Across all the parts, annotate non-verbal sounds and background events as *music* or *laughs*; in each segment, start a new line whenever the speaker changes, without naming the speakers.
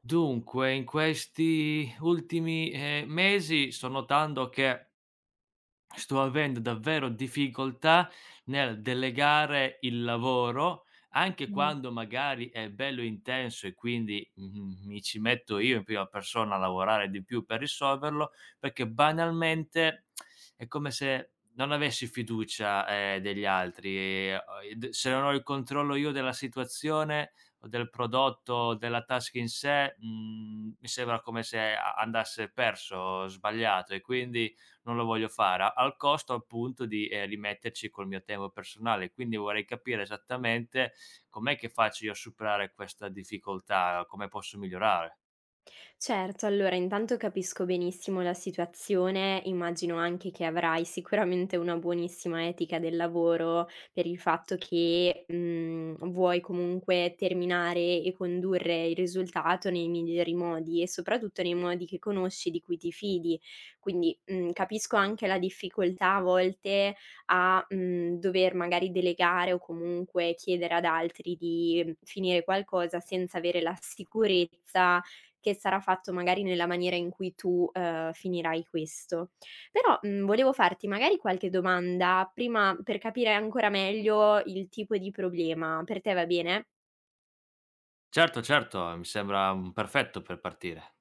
Dunque, in questi ultimi, mesi sto notando che sto avendo davvero difficoltà nel delegare il lavoro, anche
Mh.
quando magari è bello intenso e quindi, mi ci metto io in prima persona a lavorare di più per risolverlo, perché banalmente è come se non avessi fiducia, degli altri e o e d se non ho il controllo io della situazione o del prodotto o della task in sé, mi sembra come se a andasse perso, sbagliato, e quindi non lo voglio fare, a al costo appunto di, rimetterci col mio tempo personale. Quindi vorrei capire esattamente com'è che faccio io a superare questa difficoltà, come posso migliorare.
Certo, allora intanto capisco benissimo la situazione, immagino anche che avrai sicuramente una buonissima etica del lavoro per il fatto che, vuoi comunque terminare e condurre il risultato nei migliori modi e soprattutto nei modi che conosci, di cui ti fidi. Quindi, capisco anche la difficoltà a volte a, dover magari delegare o comunque chiedere ad altri di finire qualcosa senza avere la sicurezza che sarà fatto magari nella maniera in cui tu, finirai questo. Però, volevo farti magari qualche domanda prima per capire ancora meglio il tipo di problema. Per te va bene? Sì.
Certo, certo, mi sembra, perfetto per partire.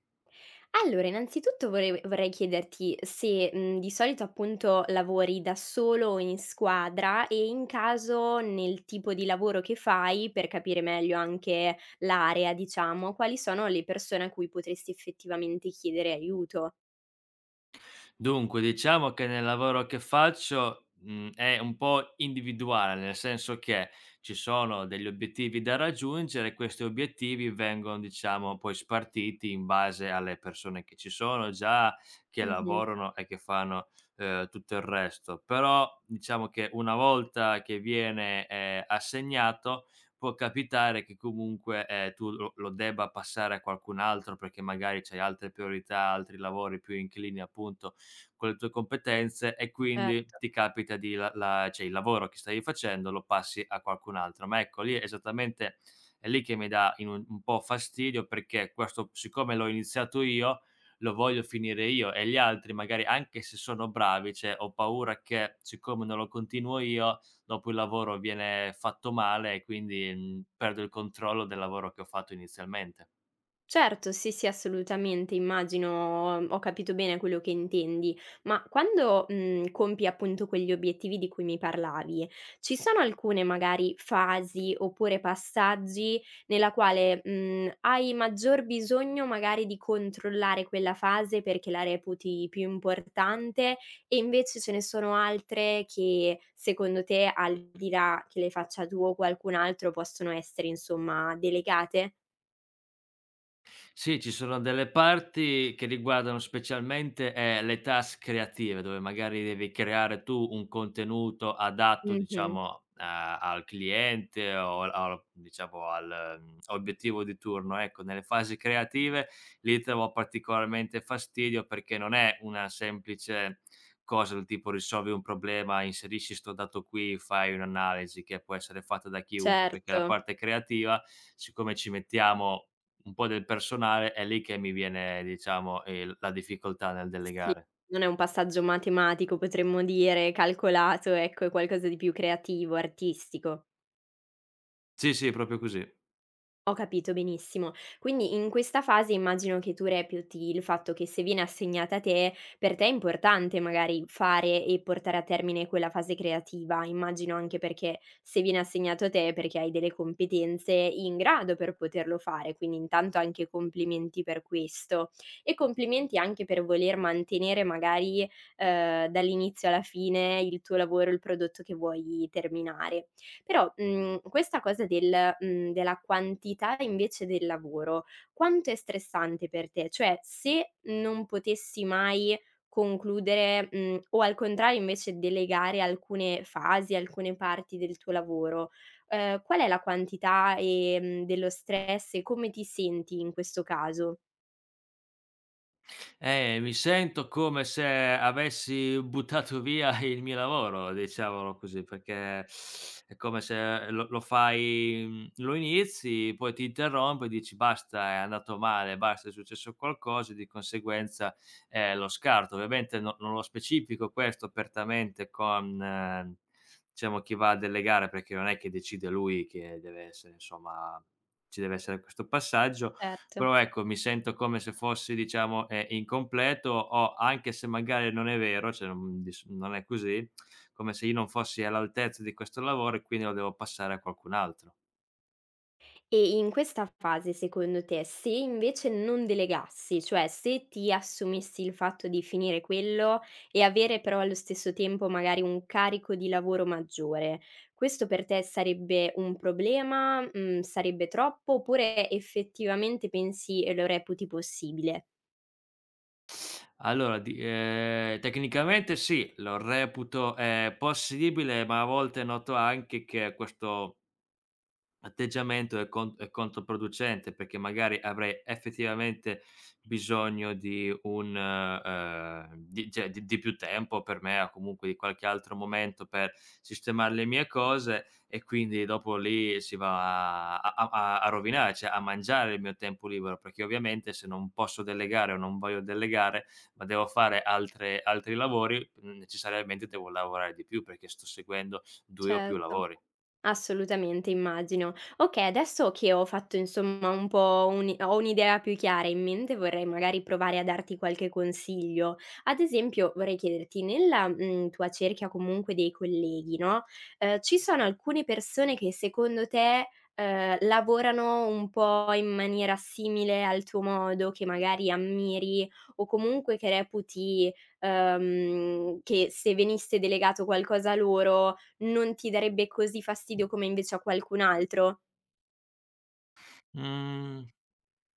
Allora, innanzitutto volev vorrei chiederti se, di solito appunto lavori da solo o in squadra e in caso nel tipo di lavoro che fai, per capire meglio anche l'area diciamo, quali sono le persone a cui potresti effettivamente chiedere aiuto?
Dunque, diciamo che nel lavoro che faccio, è un po' individuale, nel senso che ci sono degli obiettivi da raggiungere, e questi obiettivi vengono, diciamo, poi spartiti in base alle persone che ci sono già, che
Mh-mh,
lavorano e che fanno, tutto il resto. Però, diciamo che una volta che viene, assegnato, può capitare che comunque, tu lo debba passare a qualcun altro perché magari c'hai altre priorità, altri lavori più inclini appunto con le tue competenze, e quindi
certo.
ti capita di la la cioè il lavoro che stavi facendo lo passi a qualcun altro. Ma ecco, lì è esattamente è lì che mi dà in un po' fastidio, perché questo, siccome l'ho iniziato io, lo voglio finire io, e gli altri magari anche se sono bravi, cioè ho paura che siccome non lo continuo io, dopo il lavoro viene fatto male e quindi, perdo il controllo del lavoro che ho fatto inizialmente.
Certo, sì, sì, assolutamente, immagino, ho capito bene quello che intendi. Ma quando, compi appunto quegli obiettivi di cui mi parlavi, ci sono alcune magari fasi oppure passaggi nella quale, hai maggior bisogno magari di controllare quella fase perché la reputi più importante, e invece ce ne sono altre che secondo te, al di là che le faccia tu o qualcun altro, possono essere insomma delegate?
Sì, ci sono delle parti che riguardano specialmente, le task creative, dove magari devi creare tu un contenuto adatto,
Mh-mh.
diciamo, a al cliente o al al diciamo al, obiettivo di turno, ecco. Nelle fasi creative lì trovo particolarmente fastidio perché non è una semplice cosa del tipo risolvi un problema, inserisci sto dato qui, fai un'analisi che può essere fatta da chiunque, perché la
Certo,
parte creativa, siccome ci mettiamo un po' del personale, è lì che mi viene diciamo, la difficoltà nel
sì,
delegare.
non è un passaggio matematico, potremmo dire, calcolato, ecco, è qualcosa di più creativo, artistico.
Sì, sì, proprio così.
Ho capito benissimo. Quindi in questa fase immagino che tu reputi il fatto che se viene assegnata a te, per te è importante magari fare e portare a termine quella fase creativa. Immagino anche perché se viene assegnato a te è perché hai delle competenze in grado per poterlo fare, quindi intanto anche complimenti per questo e complimenti anche per voler mantenere magari, dall'inizio alla fine, il tuo lavoro, il prodotto che vuoi terminare. Però, questa cosa della quantità invece del lavoro, quanto è stressante per te? Cioè, se non potessi mai concludere, o al contrario invece delegare alcune fasi, alcune parti del tuo lavoro, qual è la quantità, dello stress e come ti senti in questo caso?
Mi sento come se avessi buttato via il mio lavoro, diciamolo così, perché è come se lo lo fai lo inizi, poi ti interrompi e dici: "Basta, è andato male, basta, è successo qualcosa", e di conseguenza, lo scarto. Ovviamente non lo specifico questo apertamente con, diciamo, chi va a delegare, perché non è che decide lui che deve essere, insomma ci deve essere questo passaggio,
Certo.
però ecco, mi sento come se fossi diciamo, incompleto, o anche se magari non è vero, cioè non è così, come se io non fossi all'altezza di questo lavoro e quindi lo devo passare a qualcun altro.
E in questa fase, secondo te, se invece non delegassi, cioè se ti assumessi il fatto di finire quello e avere però allo stesso tempo magari un carico di lavoro maggiore, questo per te sarebbe un problema? Mhmm, sarebbe troppo? Oppure effettivamente pensi e lo reputi possibile?
Allora di tecnicamente sì, lo reputo, possibile, ma a volte noto anche che questo atteggiamento è controproducente, perché magari avrei effettivamente bisogno di un di cioè di più tempo per me, o comunque di qualche altro momento per sistemare le mie cose, e quindi dopo lì si va a rovinare, cioè a mangiare il mio tempo libero, perché ovviamente se non posso delegare o non voglio delegare, ma devo fare altre altri lavori, necessariamente devo lavorare di più, perché sto seguendo 2 o più
Certo.
lavori.
Assolutamente, immagino. Okay, adesso che ho fatto insomma un po' un ho un'idea più chiara in mente, vorrei magari provare a darti qualche consiglio. Ad esempio, vorrei chiederti nella, tua cerchia comunque dei colleghi, no, ci sono alcune persone che secondo te, lavorano un po' in maniera simile al tuo modo, che magari ammiri o comunque che reputi, che se venisse delegato qualcosa a loro, non ti darebbe così fastidio come invece a qualcun altro.
Mhmm.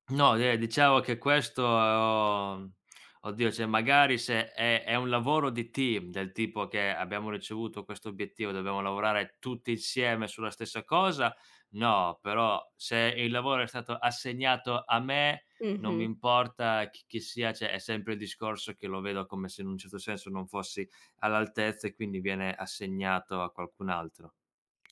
No, de diciamo che questo, oddio, cioè magari se è un lavoro di team, del tipo che abbiamo ricevuto questo obiettivo, dobbiamo lavorare tutti insieme sulla stessa cosa, no, però se il lavoro è stato assegnato a me, non mi
Mh-mh.
importa chi sia, cioè è sempre il discorso che lo vedo come se in un certo senso non fossi all'altezza e quindi viene assegnato a qualcun altro.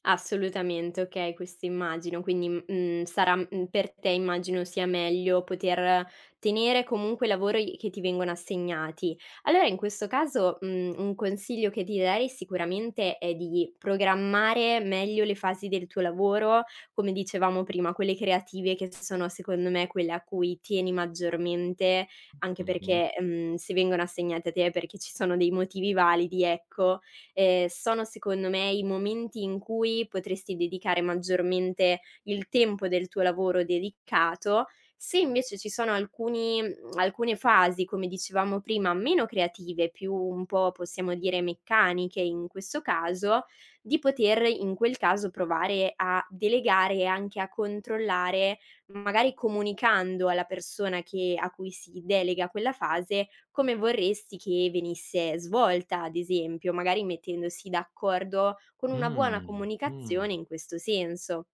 Assolutamente, okay, questo immagino. Quindi, sarà, per te immagino sia meglio poter tenere comunque i lavori che ti vengono assegnati. Allora in questo caso, un consiglio che ti darei sicuramente è di programmare meglio le fasi del tuo lavoro, come dicevamo prima, quelle creative che sono secondo me quelle a cui tieni maggiormente, anche
Mh-mh.
perché, se vengono assegnate a te è perché ci sono dei motivi validi, ecco. Sono secondo me i momenti in cui potresti dedicare maggiormente il tempo del tuo lavoro dedicato. Se invece ci sono alcune fasi, come dicevamo prima, meno creative, più un po' possiamo dire meccaniche, in questo caso, di poter in quel caso provare a delegare e anche a controllare, magari comunicando alla persona che a cui si delega quella fase, come vorresti che venisse svolta, ad esempio, magari mettendosi d'accordo con una buona
Mh, mh.
comunicazione in questo senso.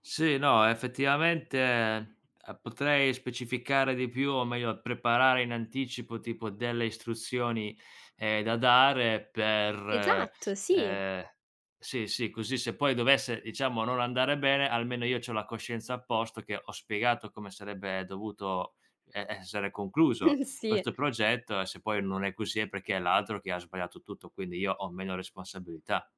Sì, no, effettivamente, potrei specificare di più, o meglio preparare in anticipo tipo delle istruzioni, da dare per
Esatto, sì.
ehm, sì, sì, così se poi dovesse, diciamo, non andare bene, almeno io c'ho la coscienza a posto che ho spiegato come sarebbe dovuto e essere concluso
*laughs* Sì.
questo progetto, e se poi non è così è perché è l'altro che ha sbagliato tutto, quindi io ho meno responsabilità.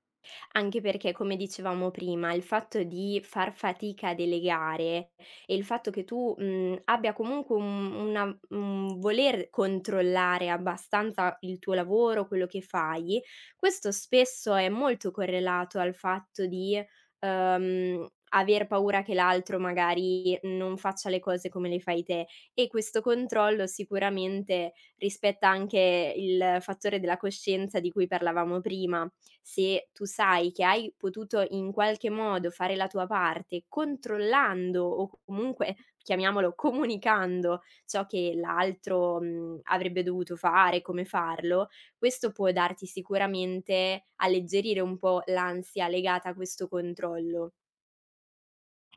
Anche perché, come dicevamo prima, il fatto di far fatica a delegare e il fatto che tu, abbia comunque un voler controllare abbastanza il tuo lavoro, quello che fai, questo spesso è molto correlato al fatto di, aver paura che l'altro magari non faccia le cose come le fai te, e questo controllo sicuramente rispetta anche il fattore della coscienza di cui parlavamo prima. Se tu sai che hai potuto in qualche modo fare la tua parte controllando o comunque, chiamiamolo, comunicando ciò che l'altro, avrebbe dovuto fare, come farlo, questo può darti sicuramente, alleggerire un po' l'ansia legata a questo controllo.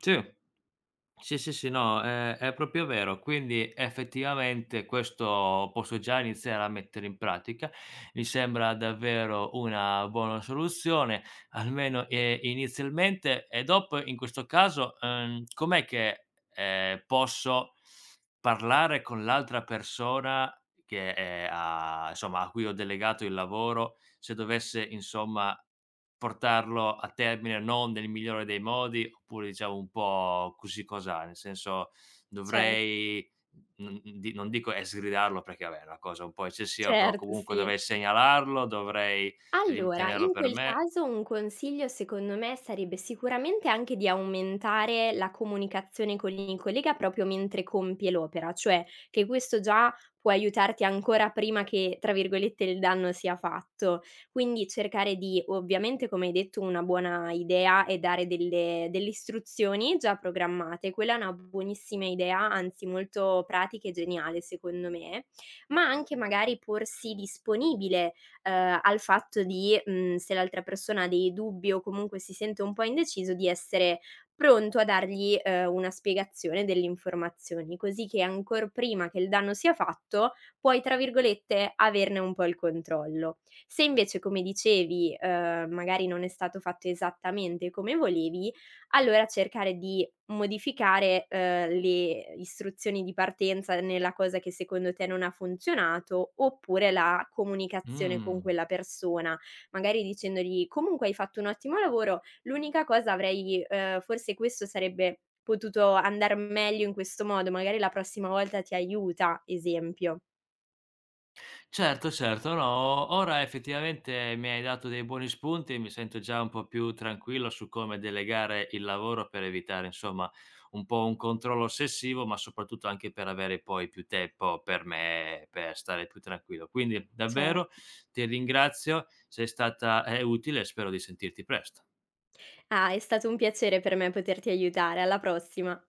Sì. Sì, sì, sì, no, è proprio vero. Quindi effettivamente questo posso già iniziare a mettere in pratica. Mi sembra davvero una buona soluzione, almeno, inizialmente, e dopo in questo caso, com'è che, posso parlare con l'altra persona che è a insomma, a cui ho delegato il lavoro, se dovesse insomma portarlo a termine non nel migliore dei modi, oppure diciamo un po' così cosà, nel senso
Cer
dovrei n n di non dico, sgridarlo perché vabbè è una cosa un po' eccessiva, però
certo,
comunque
sì.
dovrei segnalarlo, dovrei
Allora,
ritenerlo
in
per
quel
me.
caso un consiglio secondo me sarebbe sicuramente anche di aumentare la comunicazione con il collega proprio mentre compie l'opera, cioè che questo già può aiutarti ancora prima che, tra virgolette, il danno sia fatto. Quindi cercare di, ovviamente, come hai detto, una buona idea, e dare delle istruzioni già programmate. Quella è una buonissima idea, anzi molto pratica e geniale secondo me, ma anche magari porsi disponibile, al fatto di, se l'altra persona ha dei dubbi o comunque si sente un po' indeciso, di essere pronto a dargli, una spiegazione, delle informazioni, così che ancor prima che il danno sia fatto puoi, tra virgolette, "averne" un po' il controllo. Se invece, come dicevi, magari non è stato fatto esattamente come volevi, allora cercare di modificare, le istruzioni di partenza nella cosa che secondo te non ha funzionato, oppure la comunicazione con
Mh.
quella persona, magari dicendogli: "Comunque hai fatto un ottimo lavoro, l'unica cosa avrei, forse questo sarebbe potuto andar meglio in questo modo, magari la prossima volta ti aiuta", esempio.
Certo, certo, no, o ora effettivamente mi hai dato dei buoni spunti e mi sento già un po' più tranquillo su come delegare il lavoro, per evitare, insomma, un po' un controllo ossessivo, ma soprattutto anche per avere poi più tempo per me, per stare più tranquillo. Quindi
Cer
davvero ti ringrazio, sei stata, utile e spero di sentirti presto.
Ah, è stato un piacere per me poterti aiutare. Alla prossima.